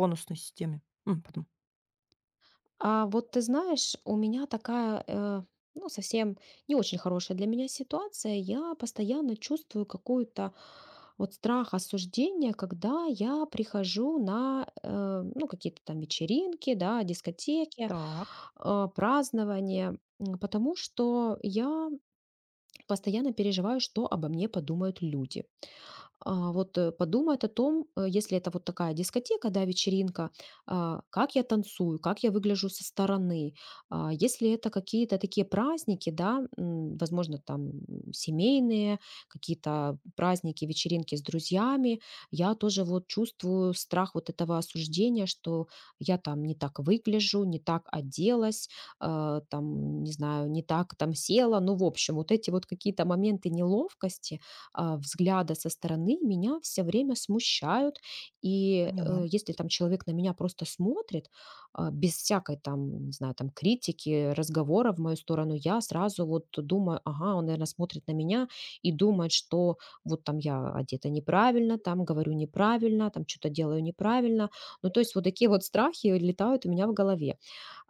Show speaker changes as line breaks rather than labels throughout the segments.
Бонусной системе. Потом.
А вот ты знаешь, у меня такая, ну, совсем не очень хорошая для меня ситуация. Я постоянно чувствую какую-то вот страх осуждения, когда я прихожу на, ну, какие-то там вечеринки, да, дискотеки,
Так,
празднования, м, потому что я постоянно переживаю, что обо мне подумают люди а, вот, подумает о том, если это вот такая дискотека, да, вечеринка, а, как я танцую, как я выгляжу со стороны. А, если это какие-то такие праздники, да, м, возможно, там м, семейные, какие-то праздники, вечеринки с друзьями, я тоже вот чувствую страх вот этого осуждения, что я там не так выгляжу, не так оделась, а, там, не знаю, не так там села. Ну, в общем, вот эти вот какие-то моменты неловкости, а, взгляда со стороны меня все время смущают. И
поняла.
если там человек на меня просто смотрит, а, без всякой там, не знаю, там критики, разговора в мою сторону, я сразу вот думаю, ага, он, наверное, смотрит на меня и думает, что вот там я одета неправильно, там говорю неправильно, там что-то делаю неправильно. Ну, то есть вот такие вот страхи летают у меня в голове.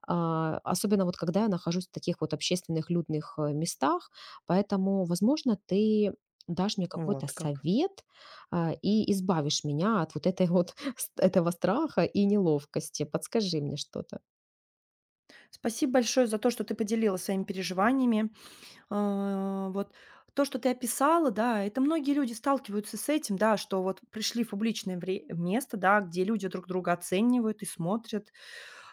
А, особенно вот когда я нахожусь в таких вот общественных людных, местах. Поэтому, возможно, ты дашь мне какой-то
Вот как.
совет, а, и избавишь меня от вот этой вот ст этого страха и неловкости. Подскажи мне что-то.
Спасибо большое за то, что ты поделилась своими переживаниями. Вот то, что ты описала, да, это многие люди сталкиваются с этим, да, что вот пришли в публичное место, да, где люди друг друга оценивают и смотрят.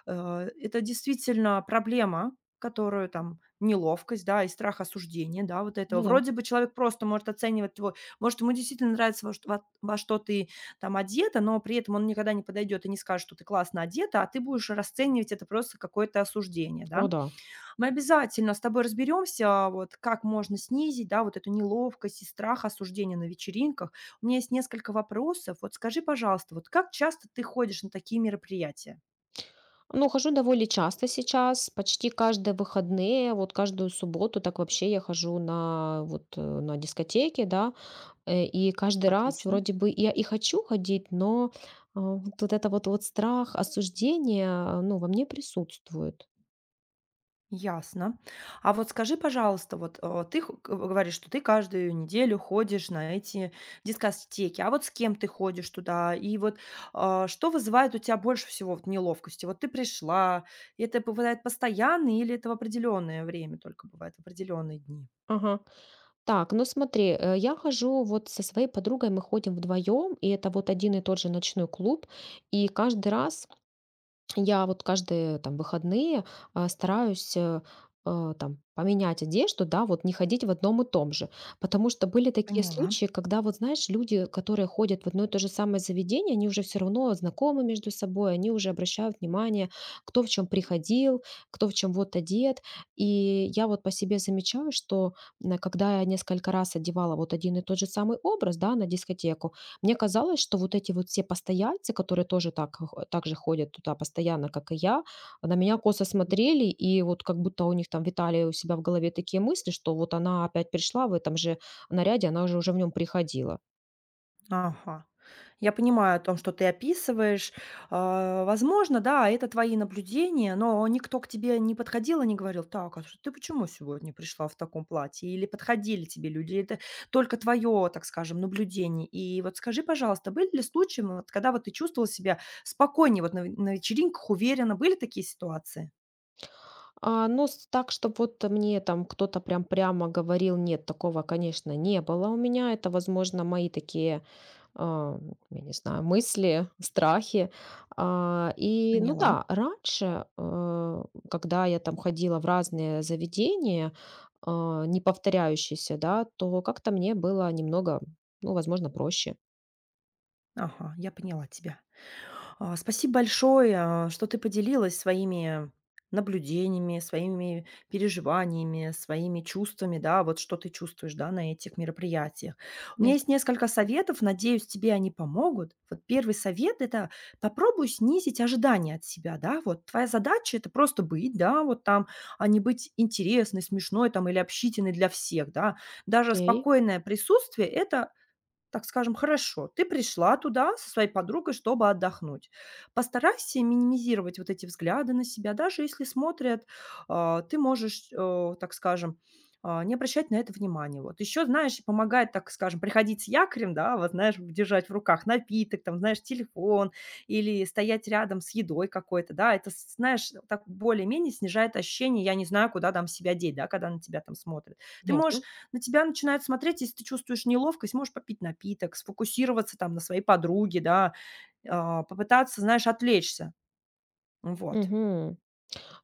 Это действительно проблема, которую там неловкость, да, и страх осуждения, да, вот этого.
Ну да.
Вроде бы человек просто может оценивать твой, может, ему действительно нравится, во что ты там одета, но при этом он никогда не подойдет и не скажет, что ты классно одета, а ты будешь расценивать это просто какое-то осуждение,
О
да.
да.
Мы обязательно с тобой разберемся, вот как можно снизить, да, вот эту неловкость и страх осуждения на вечеринках. У меня есть несколько вопросов. Вот скажи, пожалуйста, вот как часто ты ходишь на такие мероприятия?
Ну, хожу довольно часто сейчас, почти каждые выходные, вот каждую субботу. Так вообще я хожу на вот, на дискотеки, да. И каждый раз
Отлично.
вроде бы я и хочу ходить, но, а, вот это вот страх осуждения, ну, во мне присутствует.
Ясно. А вот скажи, пожалуйста, ты говоришь, что ты каждую неделю ходишь на эти дискотеки, а вот с кем ты ходишь туда? И вот что вызывает у тебя больше всего вот неловкости? Вот ты пришла, и это бывает постоянно или это в определенное время только бывает, в определенные дни?
Ага. Так, ну смотри, я хожу вот со своей подругой, мы ходим вдвоем, и это вот один и тот же ночной клуб, и каждый раз я вот каждые там выходные, а, стараюсь, там поменять одежду, да, вот не ходить в одном и том же. Потому что были такие
Поняла.
случаи, когда вот, знаешь, люди, которые ходят в одно и то же самое заведение, они уже все равно знакомы между собой, они уже обращают внимание, кто в чем приходил, кто в чем вот одет. И я вот по себе замечаю, что м, когда я несколько раз одевала вот один и тот же самый образ, да, на дискотеку, мне казалось, что вот эти вот все постояльцы, которые тоже так, так же ходят туда постоянно, как и я, на меня косо смотрели, и вот как будто у них там витали у себя в голове такие мысли, что вот она опять пришла в этом же наряде, она уже в нем приходила.
Ага. Я понимаю о том, что ты описываешь. А, возможно, да, это твои наблюдения, но никто к тебе не подходил и не говорил, так, а что ты почему сегодня пришла в таком платье? Или подходили тебе люди? Это только твое, так скажем, наблюдение. И вот скажи, пожалуйста, были ли случаи, ну, вот, когда вот ты чувствовала себя спокойнее, вот на вечеринках уверенно, были такие ситуации?
А, но так, чтобы вот мне там кто-то прям прямо говорил, нет, такого, конечно, не было у меня. Это, возможно, мои такие а, ну, я не знаю, мысли, страхи. А, и, ну
Поняла.
да, раньше, когда я там ходила в разные заведения, а, не повторяющиеся, да, то как-то мне было немного, ну, возможно, проще.
Ага, я поняла тебя. Спасибо большое, что ты поделилась своими наблюдениями, своими переживаниями, своими чувствами, да, вот что ты чувствуешь, да, на этих мероприятиях. У меня есть
Ясно.
несколько советов, надеюсь, тебе они помогут. Вот первый совет – это попробуй снизить ожидания от себя, да, вот твоя задача – это просто быть, да, вот там, а не быть интересной, смешной там или общительной для всех, да. Даже
Окей,
спокойное присутствие – это так скажем, хорошо, ты пришла туда со своей подругой, чтобы отдохнуть. Постарайся минимизировать вот эти взгляды на себя, даже если смотрят, ты можешь, так скажем, не обращать на это внимания. Вот еще, знаешь, помогает, так скажем, приходить с якорем, да, вот знаешь, держать в руках напиток, там, знаешь, телефон или стоять рядом с едой какой-то, да, это, знаешь, так более-менее снижает ощущение, я не знаю, куда там себя деть, да, когда на тебя там смотрят. Ты можешь
ясно.
на тебя начинают смотреть, если ты чувствуешь неловкость, можешь попить напиток, сфокусироваться там на своей подруге, да, попытаться, знаешь, отвлечься. Вот.
Мгм.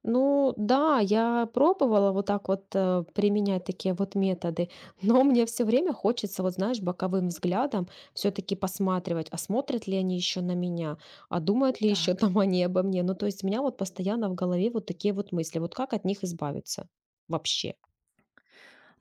Ну да, я пробовала вот так вот применять такие вот методы, но мне все время хочется, вот знаешь, боковым взглядом все-таки посматривать, а смотрят ли они еще на меня, а думают ли еще
Так.
там они обо мне. Ну то есть у меня вот постоянно в голове вот такие вот мысли, вот как от них избавиться вообще.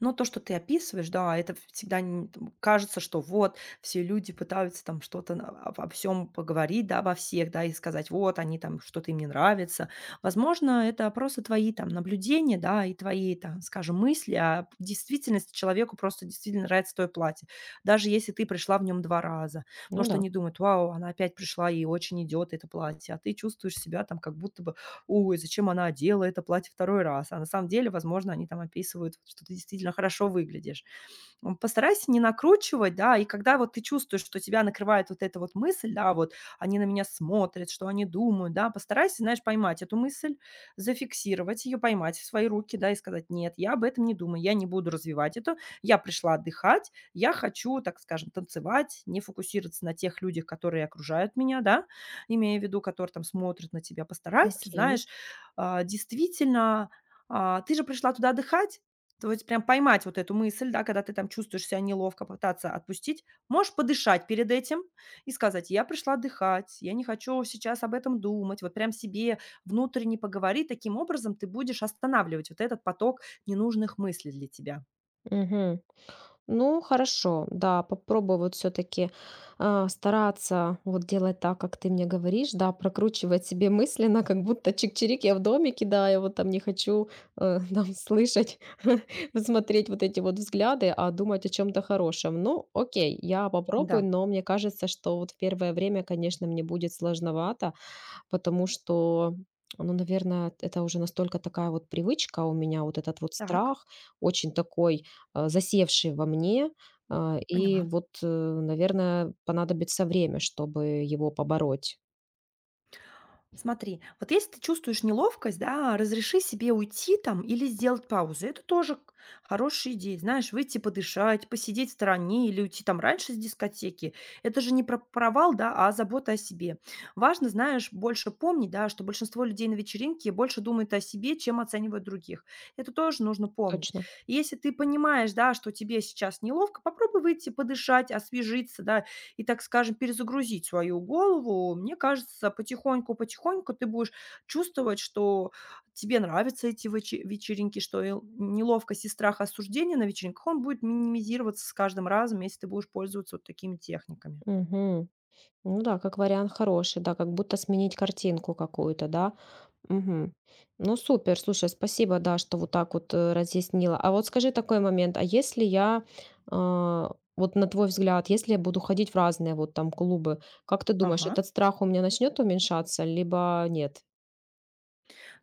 Но то, что ты описываешь, да, это всегда н там кажется, что вот все люди пытаются там что-то на обо всем поговорить, да, обо всех, да, и сказать: "Вот они там, что-то им не нравится". Возможно, это просто твои там наблюдения, да, и твои там, скажем, мысли, а в действительности человеку просто действительно нравится твое платье. Даже если ты пришла в нем 2 раза.
Ну
Может,
да.
они думают: "Вау, она опять пришла, ей очень идет это платье". А ты чувствуешь себя там как будто бы ой, зачем она одела это платье второй раз, а на самом деле, возможно, они там описывают, что ты действительно хорошо выглядишь. Постарайся не накручивать, да, и когда вот ты чувствуешь, что тебя накрывает вот эта вот мысль, да, вот они на меня смотрят, что они думают, да, постарайся, знаешь, поймать эту мысль, зафиксировать ее, поймать в свои руки, да, и сказать, нет, я об этом не думаю, я не буду развивать это, я пришла отдыхать, я хочу, так скажем, танцевать, не фокусироваться на тех людях, которые окружают меня, да, имея в виду, которые там смотрят на тебя, постарайся,
Окей.
знаешь, действительно, ты же пришла туда отдыхать, то есть прям поймать вот эту мысль, да, когда ты там чувствуешь себя неловко, пытаться отпустить. Можешь подышать перед этим и сказать: "Я пришла отдыхать, я не хочу сейчас об этом думать". Вот прям себе внутренне поговори. Таким образом ты будешь останавливать вот этот поток ненужных мыслей для тебя.
Мгм. Ну, хорошо, да, попробую вот все-таки стараться вот делать так, как ты мне говоришь, да, прокручивать себе мысленно, как будто чик-чирик, я в домике, да, я вот там не хочу там слышать, смотреть вот эти вот взгляды, а думать о чем-то хорошем. Ну, окей, я попробую,
Да,
но мне кажется, что вот в первое время, конечно, мне будет сложновато, потому что, ну, наверное, это уже настолько такая вот привычка у меня, вот этот вот
так,
страх, очень такой, засевший во мне. А, и
поняла.
вот, наверное, понадобится время, чтобы его побороть.
Смотри, вот если ты чувствуешь неловкость, да, разреши себе уйти там или сделать паузу. Это тоже хорошая идея. Знаешь, выйти подышать, посидеть в стороне или уйти там раньше с дискотеки. Это же не про провал, да, а забота о себе. Важно, знаешь, больше помни, да, что большинство людей на вечеринке больше думают о себе, чем оценивают других. Это тоже нужно помнить.
Точно.
И если ты понимаешь, да, что тебе сейчас неловко, попробуй выйти подышать, освежиться, да, и, так скажем, перезагрузить свою голову, мне кажется, потихоньку-потихоньку ты будешь чувствовать, что тебе нравятся эти вечеринки, что эл неловкость и страх осуждения на вечеринках, он будет минимизироваться с каждым разом, если ты будешь пользоваться вот такими техниками.
Мгм. Ну да, как вариант хороший, да, как будто сменить картинку какую-то, да. Мгм. Ну супер, слушай, спасибо, да, что вот так вот разъяснила. А вот скажи такой момент, а если я, а, вот на твой взгляд, если я буду ходить в разные вот там клубы, как ты думаешь,
Ага.
этот страх у меня начнет уменьшаться, либо нет?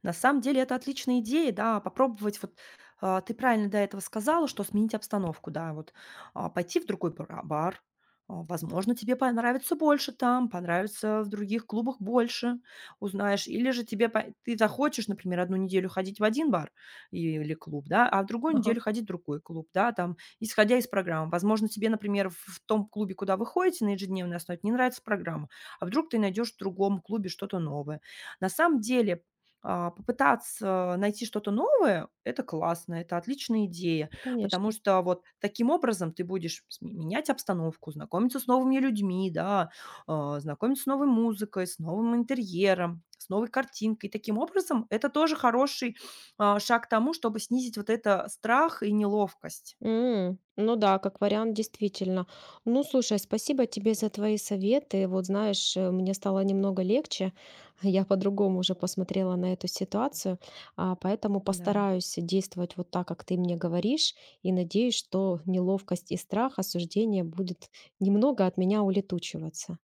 На самом деле это отличная идея, да, попробовать вот ты правильно до этого сказала, что сменить обстановку, да, вот пойти в другой бар, возможно, тебе понравится больше там, понравится в других клубах больше, узнаешь, или же ты захочешь, например, одну неделю ходить в один бар или клуб, да, а в другую
Ага,
неделю ходить в другой клуб, да, там, исходя из программ. Возможно, тебе, например, в том клубе, куда вы ходите на ежедневной основе, не нравится программа, а вдруг ты найдешь в другом клубе что-то новое. На самом деле попытаться найти что-то новое – это классно, это отличная идея, потому
конечно.
что вот таким образом ты будешь сме менять обстановку, знакомиться с новыми людьми, да, знакомиться с новой музыкой, с новым интерьером, с новой картинкой. Таким образом, это тоже хороший, шаг к тому, чтобы снизить вот это страх и неловкость.
М, ну да, как вариант, действительно. Ну, слушай, спасибо тебе за твои советы. Вот знаешь, мне стало немного легче. Я по-другому уже посмотрела на эту ситуацию, а, поэтому
Да.
постараюсь действовать вот так, как ты мне говоришь, и надеюсь, что неловкость и страх осуждения будет немного от меня улетучиваться.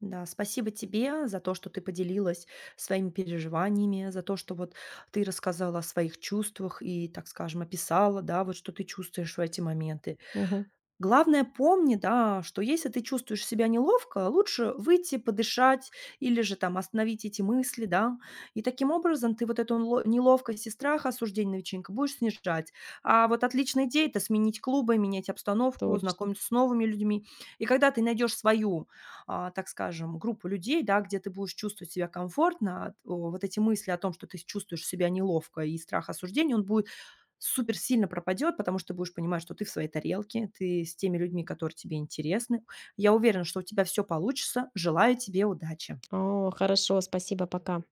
Да, спасибо тебе за то, что ты поделилась своими переживаниями, за то, что вот ты рассказала о своих чувствах и, так скажем, описала, да, вот что ты чувствуешь в эти моменты.
Мгм,
Главное, помни, да, что если ты чувствуешь себя неловко, лучше выйти, подышать или же там остановить эти мысли, да. И таким образом ты вот эту неловкость и страх осуждения новичинка будешь снижать. А вот отличная идея – это сменить клубы, менять обстановку,
точно.
знакомиться с новыми людьми. И когда ты найдешь свою, так скажем, группу людей, да, где ты будешь чувствовать себя комфортно, вот эти мысли о том, что ты чувствуешь себя неловко и страх осуждения, он будет супер сильно пропадет, потому что ты будешь понимать, что ты в своей тарелке, ты с теми людьми, которые тебе интересны. Я уверена, что у тебя все получится. Желаю тебе удачи.
О, хорошо, спасибо, пока.